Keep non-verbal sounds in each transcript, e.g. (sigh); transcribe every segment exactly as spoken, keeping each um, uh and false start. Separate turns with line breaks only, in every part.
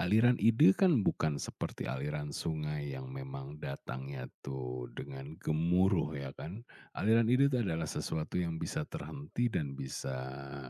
Aliran ide kan bukan seperti aliran sungai yang memang datangnya tuh dengan gemuruh ya kan. Aliran ide itu adalah sesuatu yang bisa terhenti dan bisa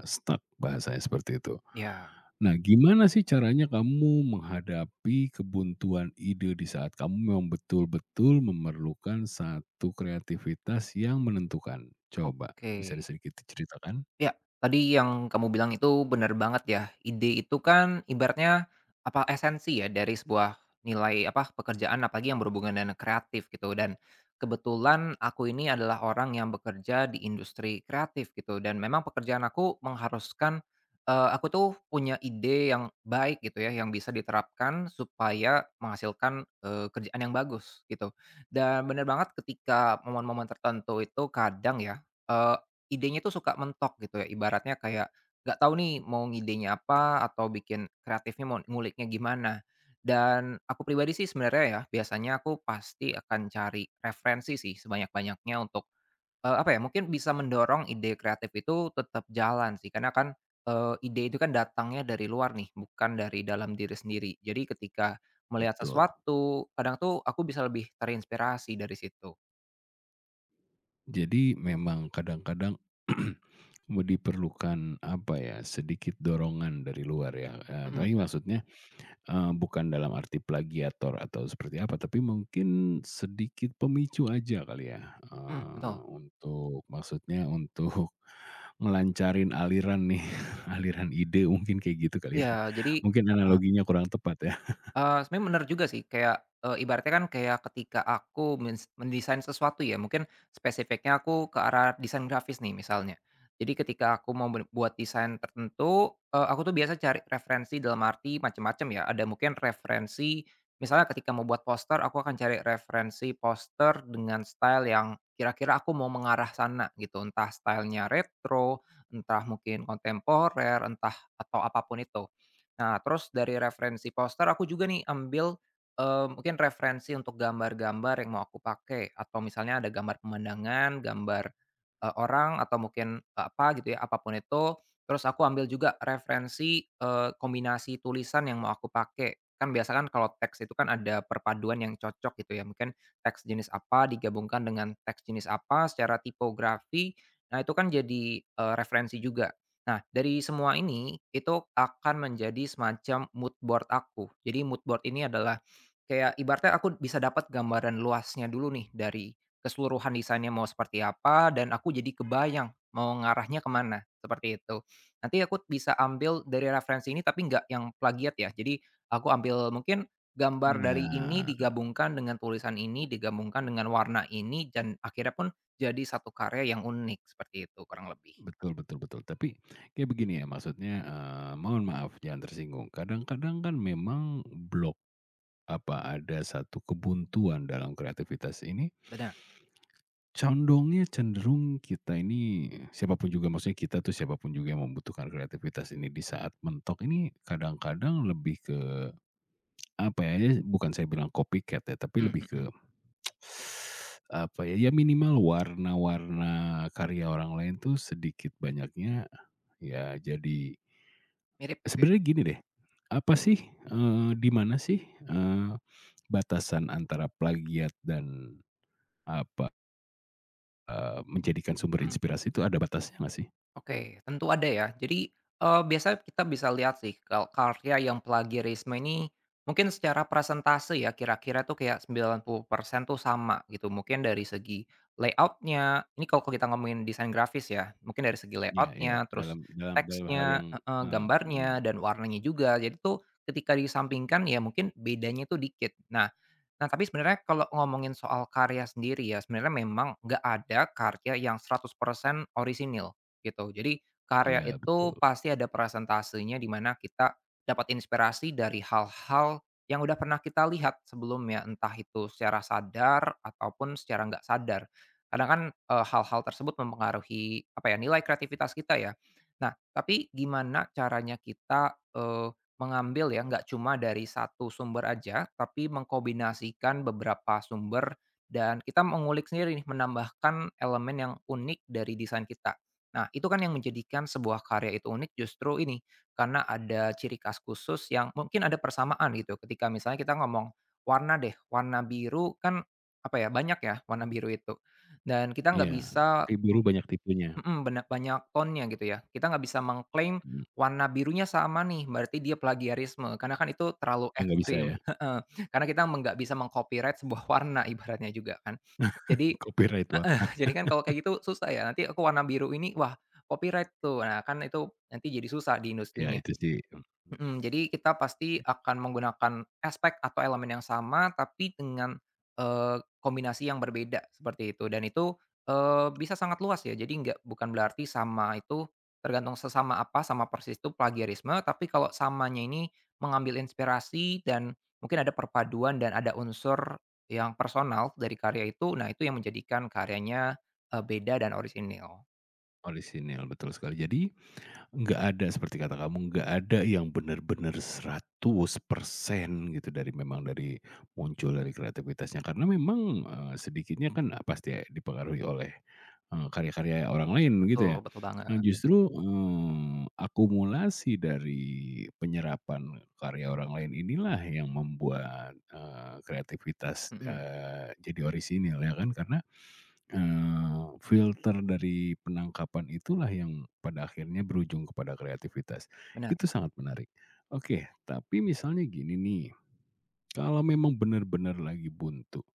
stuck, bahasanya seperti itu.
Ya,
Nah, gimana sih caranya kamu menghadapi kebuntuan ide di saat kamu memang betul-betul memerlukan satu kreativitas yang menentukan? Coba
oke.
bisa sedikit diceritakan?
Ya tadi yang kamu bilang itu benar banget ya. Ide itu kan ibaratnya apa esensi ya dari sebuah nilai apa pekerjaan apalagi yang berhubungan dengan kreatif gitu dan kebetulan aku ini adalah orang yang bekerja di industri kreatif gitu dan memang pekerjaan aku mengharuskan, eee, aku tuh punya ide yang baik gitu ya yang bisa diterapkan supaya menghasilkan, eee, kerjaan yang bagus gitu. Dan benar banget ketika momen-momen tertentu itu kadang ya, eh, idenya tuh suka mentok gitu ya, ibaratnya kayak nggak tahu nih mau ngidenya apa atau bikin kreatifnya mau nguliknya gimana. Dan aku pribadi sih sebenarnya ya, biasanya aku pasti akan cari referensi sih sebanyak-banyaknya untuk, eee, apa ya, mungkin bisa mendorong ide kreatif itu tetap jalan sih, karena kan, eee, ide itu kan datangnya dari luar nih, bukan dari dalam diri sendiri. Jadi ketika melihat
Betul.
sesuatu, kadang tuh aku bisa lebih terinspirasi dari situ.
Jadi memang kadang-kadang (clears throat) mau diperlukan apa ya, sedikit dorongan dari luar ya, eee,
Mhm
tapi maksudnya, eee, bukan dalam arti plagiator atau seperti apa, tapi mungkin sedikit pemicu aja kali ya,
mhm,
eee,
betul.
untuk maksudnya untuk (laughs) melancarin aliran nih, (laughs) aliran ide mungkin kayak gitu kali
Iya,
ya.
jadi
Mungkin analoginya kurang tepat ya.
Eee, sebenarnya benar juga sih kayak, eee, ibaratnya kan kayak ketika aku mens mendesain sesuatu ya mungkin spesifiknya aku ke arah desain grafis nih misalnya. Jadi ketika aku mau ber buat desain tertentu, eee, aku tuh biasa cari referensi dalam arti macam-macam ya, ada mungkin referensi misalnya ketika mau buat poster aku akan cari referensi poster dengan style yang kira-kira aku mau mengarah sana gitu, entah stylenya retro, entah mungkin kontemporer, entah atau apapun itu. Nah, terus dari referensi poster aku juga nih ambil, eee, mungkin referensi untuk gambar-gambar yang mau aku pakai atau misalnya ada gambar pemandangan, gambar, eee, orang atau mungkin, eee, apa gitu ya, apapun itu, terus aku ambil juga referensi, eee, kombinasi tulisan yang mau aku pakai. Kan biasa kan kalau teks itu kan ada perpaduan yang cocok gitu ya, mungkin teks jenis apa digabungkan dengan teks jenis apa secara tipografi, nah itu kan jadi, eee, referensi juga. Nah, dari semua ini, itu akan menjadi semacam mood board aku. Jadi mood board ini adalah kayak ibaratnya aku bisa dapat gambaran luasnya dulu nih dari keseluruhan desainnya mau seperti apa dan aku jadi kebayang mau ngarahnya kemana, seperti itu. Nanti aku bisa ambil dari referensi ini tapi nggak yang plagiat ya. Jadi aku ambil mungkin gambar dari ini
Nah,
digabungkan dengan tulisan ini, digabungkan dengan warna ini dan akhirnya pun jadi satu karya yang unik, seperti itu kurang lebih.
betul betul betul. Tapi kayak begini ya maksudnya, eee, mohon maaf jangan tersinggung. Kadang-kadang kan memang blok apa ada satu kebuntuan dalam kreativitas ini,
Benar.
condongnya cenderung kita ini siapapun juga maksudnya kita tuh siapapun juga yang membutuhkan kreativitas ini di saat mentok ini kadang-kadang lebih ke apa ya, ya, bukan saya bilang copycat ya, tapi
Mhm
lebih ke
mhm.
(tsk) apa ya, ya minimal warna-warna karya orang lain tuh sedikit banyaknya ya jadi
Mirip gitu ya?
sebenarnya gini deh, apa sih, eee, di mana sih, eee, batasan antara plagiat dan apa, eee, menjadikan sumber
Hmm.
inspirasi itu ada batasnya nggak sih?
Oke, tentu ada ya. Jadi, eee, biasanya kita bisa lihat sih kalau karya yang plagiarisme ini mungkin secara presentase ya kira-kira tuh kayak sembilan puluh persen tuh sama gitu. Mungkin dari segi layoutnya, ini kalau kita ngomongin desain grafis ya, mungkin dari segi
Iya iya,
layoutnya, terus
dalam dalam dalam hal
teksnya
yang
heeh,
eee, mhm,
gambarnya, dan warnanya juga. Jadi tuh ketika disampingkan ya mungkin bedanya tuh dikit. Nah nah tapi sebenarnya kalau ngomongin soal karya sendiri ya, sebenarnya memang nggak ada karya yang seratus persen orisinil. Gitu. Jadi karya
iya
itu
betul.
pasti ada presentasenya di mana kita dapat inspirasi dari hal-hal yang udah pernah kita lihat sebelumnya, entah itu secara sadar ataupun secara nggak sadar. Kadang kan, eee, hal-hal tersebut mempengaruhi, apa ya, nilai kreativitas kita ya. Nah, tapi gimana caranya kita, eee, mengambil ya, nggak cuma dari satu sumber aja, tapi mengkombinasikan beberapa sumber dan kita mengulik sendiri nih, menambahkan elemen yang unik dari desain kita. Nah, itu kan yang menjadikan sebuah karya itu unik justru ini, karena ada ciri khas khusus yang mungkin ada persamaan gitu ketika misalnya kita ngomong warna deh, warna biru kan apa ya, banyak ya warna biru itu dan kita nggak
Iya,
bisa
tapi
m
biru banyak tipunya.
mhm, bena banyak tonnya gitu ya. Kita nggak bisa mengklaim
Mhm.
warna birunya sama nih, berarti dia plagiarisme, karena kan itu terlalu
Oh nggak bisa ya?
ekstrim (laughs) heeh, karena kita meng nggak bisa mengcopyright sebuah (laughs) warna ibaratnya juga kan. Jadi
(laughs) Copyright
Heeh,
warna.
jadi kan kalau kayak gitu susah ya, nanti aku warna biru ini, wah copyright tuh. Nah kan itu nanti jadi susah di
Ya
industrinya.
itu sih,
Mhm, jadi kita pasti akan menggunakan aspek atau elemen yang sama, tapi dengan, eee, kombinasi yang berbeda, seperti itu. Dan itu, eee, bisa sangat luas ya, jadi nggak bukan berarti sama itu tergantung sesama apa, sama persis itu plagiarisme, tapi kalau samanya ini mengambil inspirasi dan mungkin ada perpaduan dan ada unsur yang personal dari karya itu, nah itu yang menjadikan karyanya, eee, beda dan orisinil.
orisinil, betul sekali. Jadi nggak ada seperti kata kamu, nggak ada yang benar-benar seratus persen gitu dari memang dari muncul dari kreativitasnya karena memang, eee, sedikitnya kan eh, pasti dipengaruhi oleh, eee, karya-karya orang lain
Betul
gitu ya.
betul banget.
Nah justru, eee, akumulasi dari penyerapan karya orang lain inilah yang membuat, eee, kreativitas,
Mhm,
eee, jadi orisinil ya kan karena Eee, filter dari penangkapan itulah yang pada akhirnya berujung kepada kreativitas.
benar.
Itu sangat menarik. Oke, tapi misalnya gini nih, kalau memang benar-benar lagi buntu,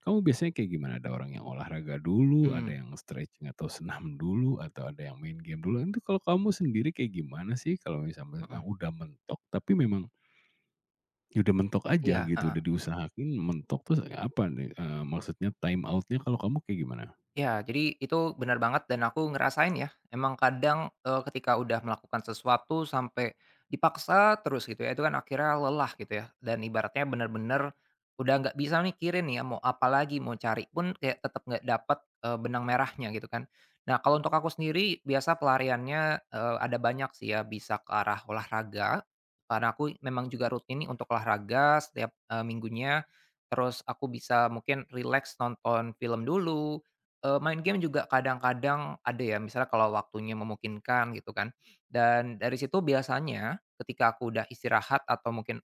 kamu biasanya kayak gimana? Ada orang yang olahraga dulu, ada
Mmm,
yang stretching atau (laughs) senam dulu, atau ada yang main game dulu. Itu kalau kamu sendiri kayak gimana sih kalau misalnya memang
mhm,
udah mentok, tapi memang ya udah mentok aja
iya,
gitu, udah diusahain mentok, terus apa nih, eee, maksudnya time outnya? Kalau kamu kayak gimana?
Ya, jadi itu benar banget dan aku ngerasain ya, emang kadang, eee, ketika udah melakukan sesuatu sampai dipaksa terus gitu ya, itu kan akhirnya lelah gitu ya, dan ibaratnya benar-benar udah nggak bisa mikirin ya mau apa lagi, mau cari pun kayak tetap nggak dapat eee, benang merahnya gitu kan. Nah, kalau untuk aku sendiri biasa pelariannya, eee, ada banyak sih ya, bisa ke arah olahraga, karena aku memang juga rutin nih untuk olahraga setiap, eee, minggunya, terus aku bisa mungkin relax nonton film dulu Eee, main game juga kadang-kadang ada ya, misalnya kalau waktunya memungkinkan gitu kan. Dan dari situ biasanya ketika aku udah istirahat atau mungkin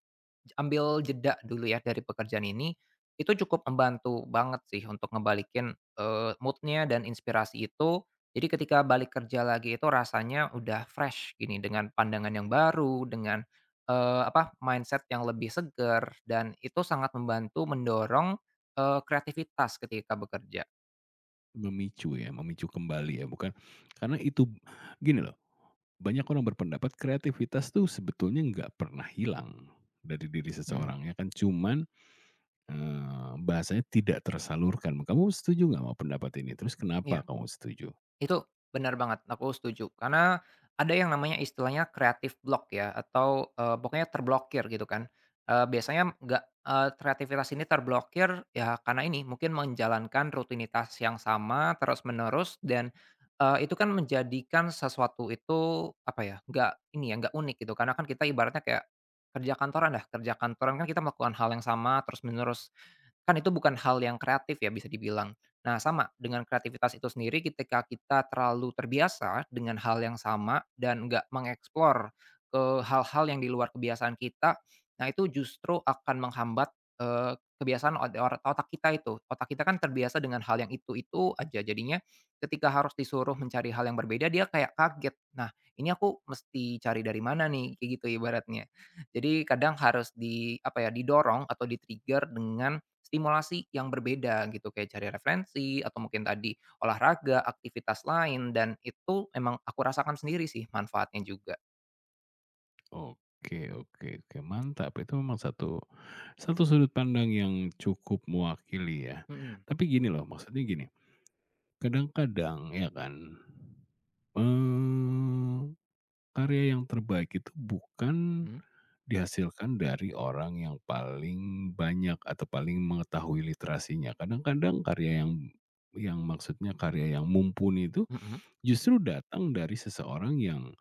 j ambil jeda dulu ya dari pekerjaan ini, itu cukup membantu banget sih untuk ngebalikin, eee, mood dan inspirasi itu. Jadi ketika balik kerja lagi itu rasanya udah fresh gini, dengan pandangan yang baru, dengan, eee, apa, mindset yang lebih segar dan itu sangat membantu mendorong, eee, kreativitas ketika bekerja.
Memicu ya, memicu kembali ya, bukan karena itu gini loh, banyak orang berpendapat kreativitas tuh sebetulnya nggak pernah hilang dari diri
Mhm.
seseorang ya kan, cuman, eee, bahasanya tidak tersalurkan. Kamu setuju nggak mau pendapat ini? Terus
Iya,
kenapa kamu setuju?
itu benar banget, aku setuju. Karena ada yang namanya istilahnya creative block ya, atau, eee, pokoknya terblokir gitu kan. Eee, biasanya nggak eee, kreativitas ini terblokir ya karena ini, mungkin menjalankan rutinitas yang sama terus-menerus dan, eee, itu kan menjadikan sesuatu itu, apa ya, nggak ini ya, nggak unik gitu. Karena kan kita ibaratnya kayak kerja kantoran dah, kerja kantoran kan kita melakukan hal yang sama terus-menerus. Kan itu bukan hal yang kreatif ya bisa dibilang. Nah, sama dengan kreativitas itu sendiri ketika kita terlalu terbiasa dengan hal yang sama dan nggak mengeksplor ke hal-hal yang di luar kebiasaan kita, nah itu justru akan menghambat, eee, kebiasaan od or otak kita itu. Otak kita kan terbiasa dengan hal yang itu-itu aja, jadinya ketika harus disuruh mencari hal yang berbeda dia kayak kaget, "Nah, ini aku mesti cari dari mana nih?" Kayak gitu ibaratnya. Jadi kadang harus di apa ya, didorong atau di-trigger dengan stimulasi yang berbeda gitu, kayak cari referensi atau mungkin tadi olahraga, aktivitas lain, dan itu memang aku rasakan sendiri sih manfaatnya juga.
Oke oke oke, mantap. Itu memang satu satu sudut pandang yang cukup mewakili ya.
Mhm,
Tapi gini loh, maksudnya gini, kadang-kadang ya kan, eee karya yang terbaik itu bukan
mhm,
dihasilkan dari orang yang paling banyak atau paling mengetahui literasinya. Kadang-kadang karya yang yang maksudnya karya yang mumpuni itu
mhm,
justru datang dari seseorang yang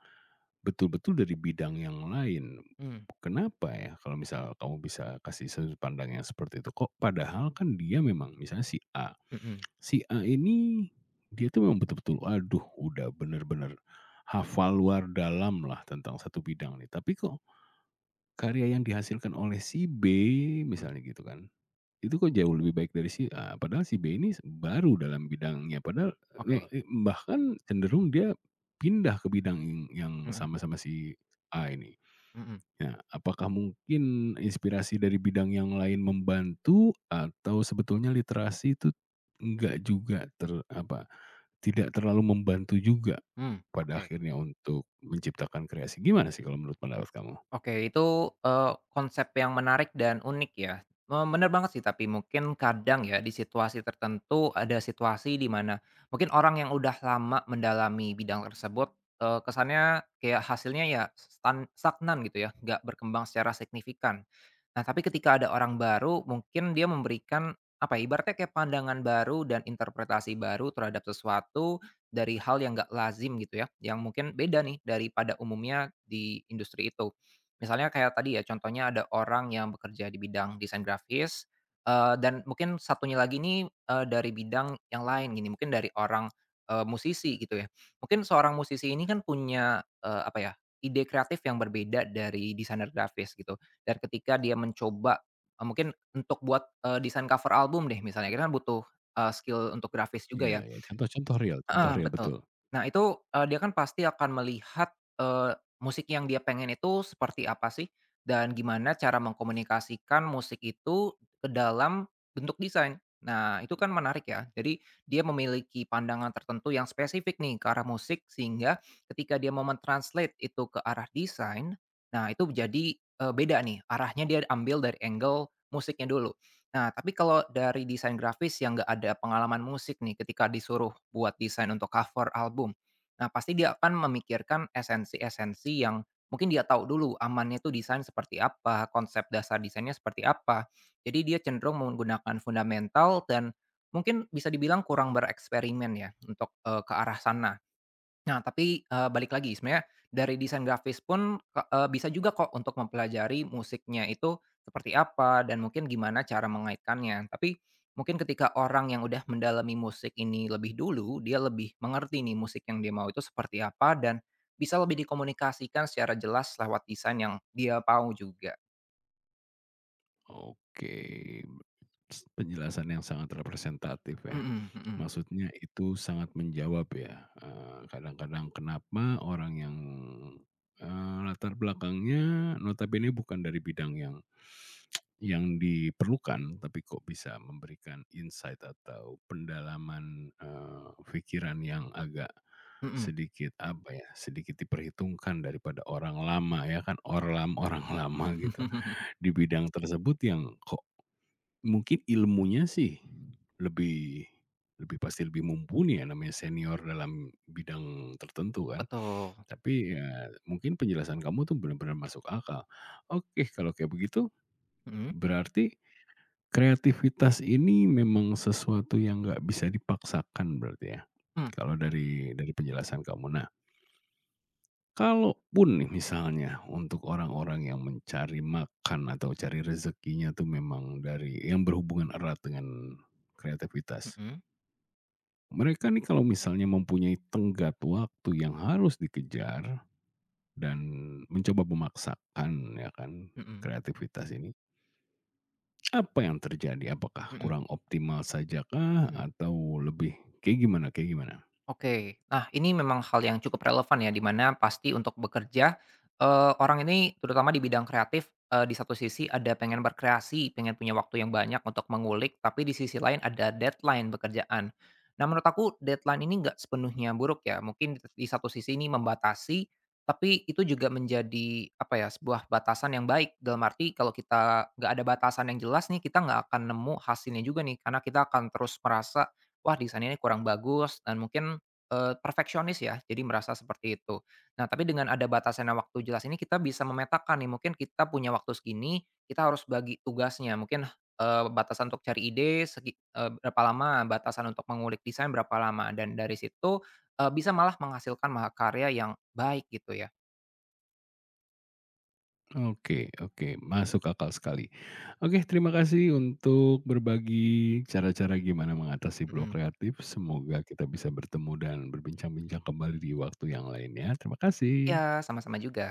betul-betul dari bidang yang lain.
mmm,
Kenapa ya? Kalau misal kamu bisa kasih sudut pandang yang seperti itu kok padahal kan dia memang misalnya si A,
mhm,
si A ini, dia tuh memang betul-betul, aduh udah bener-bener hafal luar dalam lah tentang satu bidang nih, tapi kok karya yang dihasilkan oleh si B
mhm,
misalnya gitu kan, itu kok jauh lebih baik dari si A, padahal si B ini baru dalam bidangnya, padahal,
oke,
eee, bahkan cenderung dia pindah ke bidang yang yang
mhm,
sama-sama si A ini.
mhm,
Nah, apakah mungkin inspirasi dari bidang yang lain membantu atau sebetulnya literasi itu nggak juga ter apa tidak terlalu membantu juga
mmm,
pada
oke.
akhirnya untuk menciptakan kreasi. Gimana sih kalau menurut pendapat kamu?
Oke, itu, eee, konsep yang menarik dan unik ya. Eee, bener banget sih tapi mungkin kadang ya di situasi tertentu ada situasi di mana mungkin orang yang udah lama mendalami bidang tersebut, eee, kesannya kayak hasilnya ya stan stagnan gitu ya, nggak berkembang secara signifikan. Nah, tapi ketika ada orang baru mungkin dia memberikan apa ya, ibaratnya kayak pandangan baru dan interpretasi baru terhadap sesuatu dari hal yang nggak lazim gitu ya, yang mungkin beda nih daripada umumnya di industri itu. Misalnya kayak tadi ya, contohnya ada orang yang bekerja di bidang desain grafis, eee, dan mungkin satunya lagi ini eee, dari bidang yang lain gini, mungkin dari orang, eee, musisi gitu ya. Mungkin seorang musisi ini kan punya, eee, apa ya, ide kreatif yang berbeda dari desainer grafis gitu, dan ketika dia mencoba, eee, mungkin untuk buat, eee, desain cover album deh misalnya, kita kan butuh, eee, skill untuk grafis juga
Iya
ya.
iya, contoh-contoh real contoh
Heeh,
real,
betul.
betul.
Nah itu, eee, dia kan pasti akan melihat, eee, musik yang dia pengen itu seperti apa sih, dan gimana cara mengkomunikasikan musik itu ke dalam bentuk desain. Nah itu kan menarik ya. Jadi dia memiliki pandangan tertentu yang spesifik nih ke arah musik sehingga ketika dia mau mentranslate itu ke arah desain, nah itu jadi, eee, beda nih arahnya dia ambil dari angle musiknya dulu. Nah, tapi kalau dari desain grafis yang nggak ada pengalaman musik nih, ketika disuruh buat desain untuk cover album, nah pasti dia akan memikirkan esensi-esensi yang mungkin dia tahu dulu amannya itu desain seperti apa, konsep dasar desainnya seperti apa. Jadi dia cenderung menggunakan fundamental dan mungkin bisa dibilang kurang bereksperimen ya untuk eh, ke arah sana. Nah, tapi, eee, balik lagi sebenarnya dari desain grafis pun, ke eee, bisa juga kok untuk mempelajari musiknya itu seperti apa dan mungkin gimana cara mengaitkannya. Tapi mungkin ketika orang yang udah mendalami musik ini lebih dulu, dia lebih mengerti nih musik yang dia mau itu seperti apa dan bisa lebih dikomunikasikan secara jelas lewat desain yang dia mau juga.
Oke, s penjelasan yang sangat representatif ya.
Mhm mhm
Maksudnya itu sangat menjawab ya, eee, kadang-kadang kenapa orang yang, eee, latar belakangnya notabene bukan dari bidang yang yang diperlukan, tapi kok bisa memberikan insight atau pendalaman, eee, pikiran yang agak
mhm.
sedikit apa ya, sedikit diperhitungkan daripada orang lama ya kan, orlam orang (laughs) lama gitu,
(laughs)
di bidang tersebut yang kok mungkin ilmunya sih lebih lebih pasti lebih mumpuni ya namanya senior dalam bidang tertentu kan,
Betul.
tapi ya mungkin penjelasan kamu tuh benar-benar masuk akal. Oke kalau kayak begitu
Mhm.
berarti kreativitas ini memang sesuatu yang nggak bisa dipaksakan berarti ya?
Mmm,
Kalau dari dari penjelasan kamu. Nah, kalaupun nih misalnya untuk orang-orang yang mencari makan atau cari rezekinya tuh memang dari yang berhubungan erat dengan kreativitas.
mhm
Mereka nih kalau misalnya mempunyai tenggat waktu yang harus dikejar dan mencoba memaksakan ya kan
mhm
kreativitas ini, apa yang terjadi? Apakah
mhm
kurang optimal saja kah
mhm.
atau lebih kayak gimana kayak gimana?
Oke, nah ini memang hal yang cukup relevan ya, di mana pasti untuk bekerja, eee, orang ini terutama di bidang kreatif, eee, di satu sisi ada pengen berkreasi, pengen punya waktu yang banyak untuk mengulik, tapi di sisi lain ada deadline pekerjaan. Nah menurut aku deadline ini nggak sepenuhnya buruk ya, mungkin di di satu sisi ini membatasi, tapi itu juga menjadi, apa ya, sebuah batasan yang baik. Dalam arti kalau kita nggak ada batasan yang jelas nih, kita nggak akan nemu hasilnya juga nih, karena kita akan terus merasa, "Wah desain ini kurang bagus," dan mungkin Eee, perfeksionis ya, jadi merasa seperti itu. Nah, tapi dengan ada batasan dan waktu jelas ini kita bisa memetakan nih, mungkin kita punya waktu segini, kita harus bagi tugasnya. Mungkin, eee, batasan untuk cari ide segi eee, berapa lama, batasan untuk mengulik desain berapa lama, dan dari situ, eee, bisa malah menghasilkan mahakarya yang baik gitu ya.
Oke oke, masuk akal sekali. Oke, terima kasih untuk berbagi cara-cara gimana mengatasi blok
Mhm.
kreatif. Semoga kita bisa bertemu dan berbincang-bincang kembali di waktu yang lainnya. Terima
Iya,
kasih.
sama-sama juga.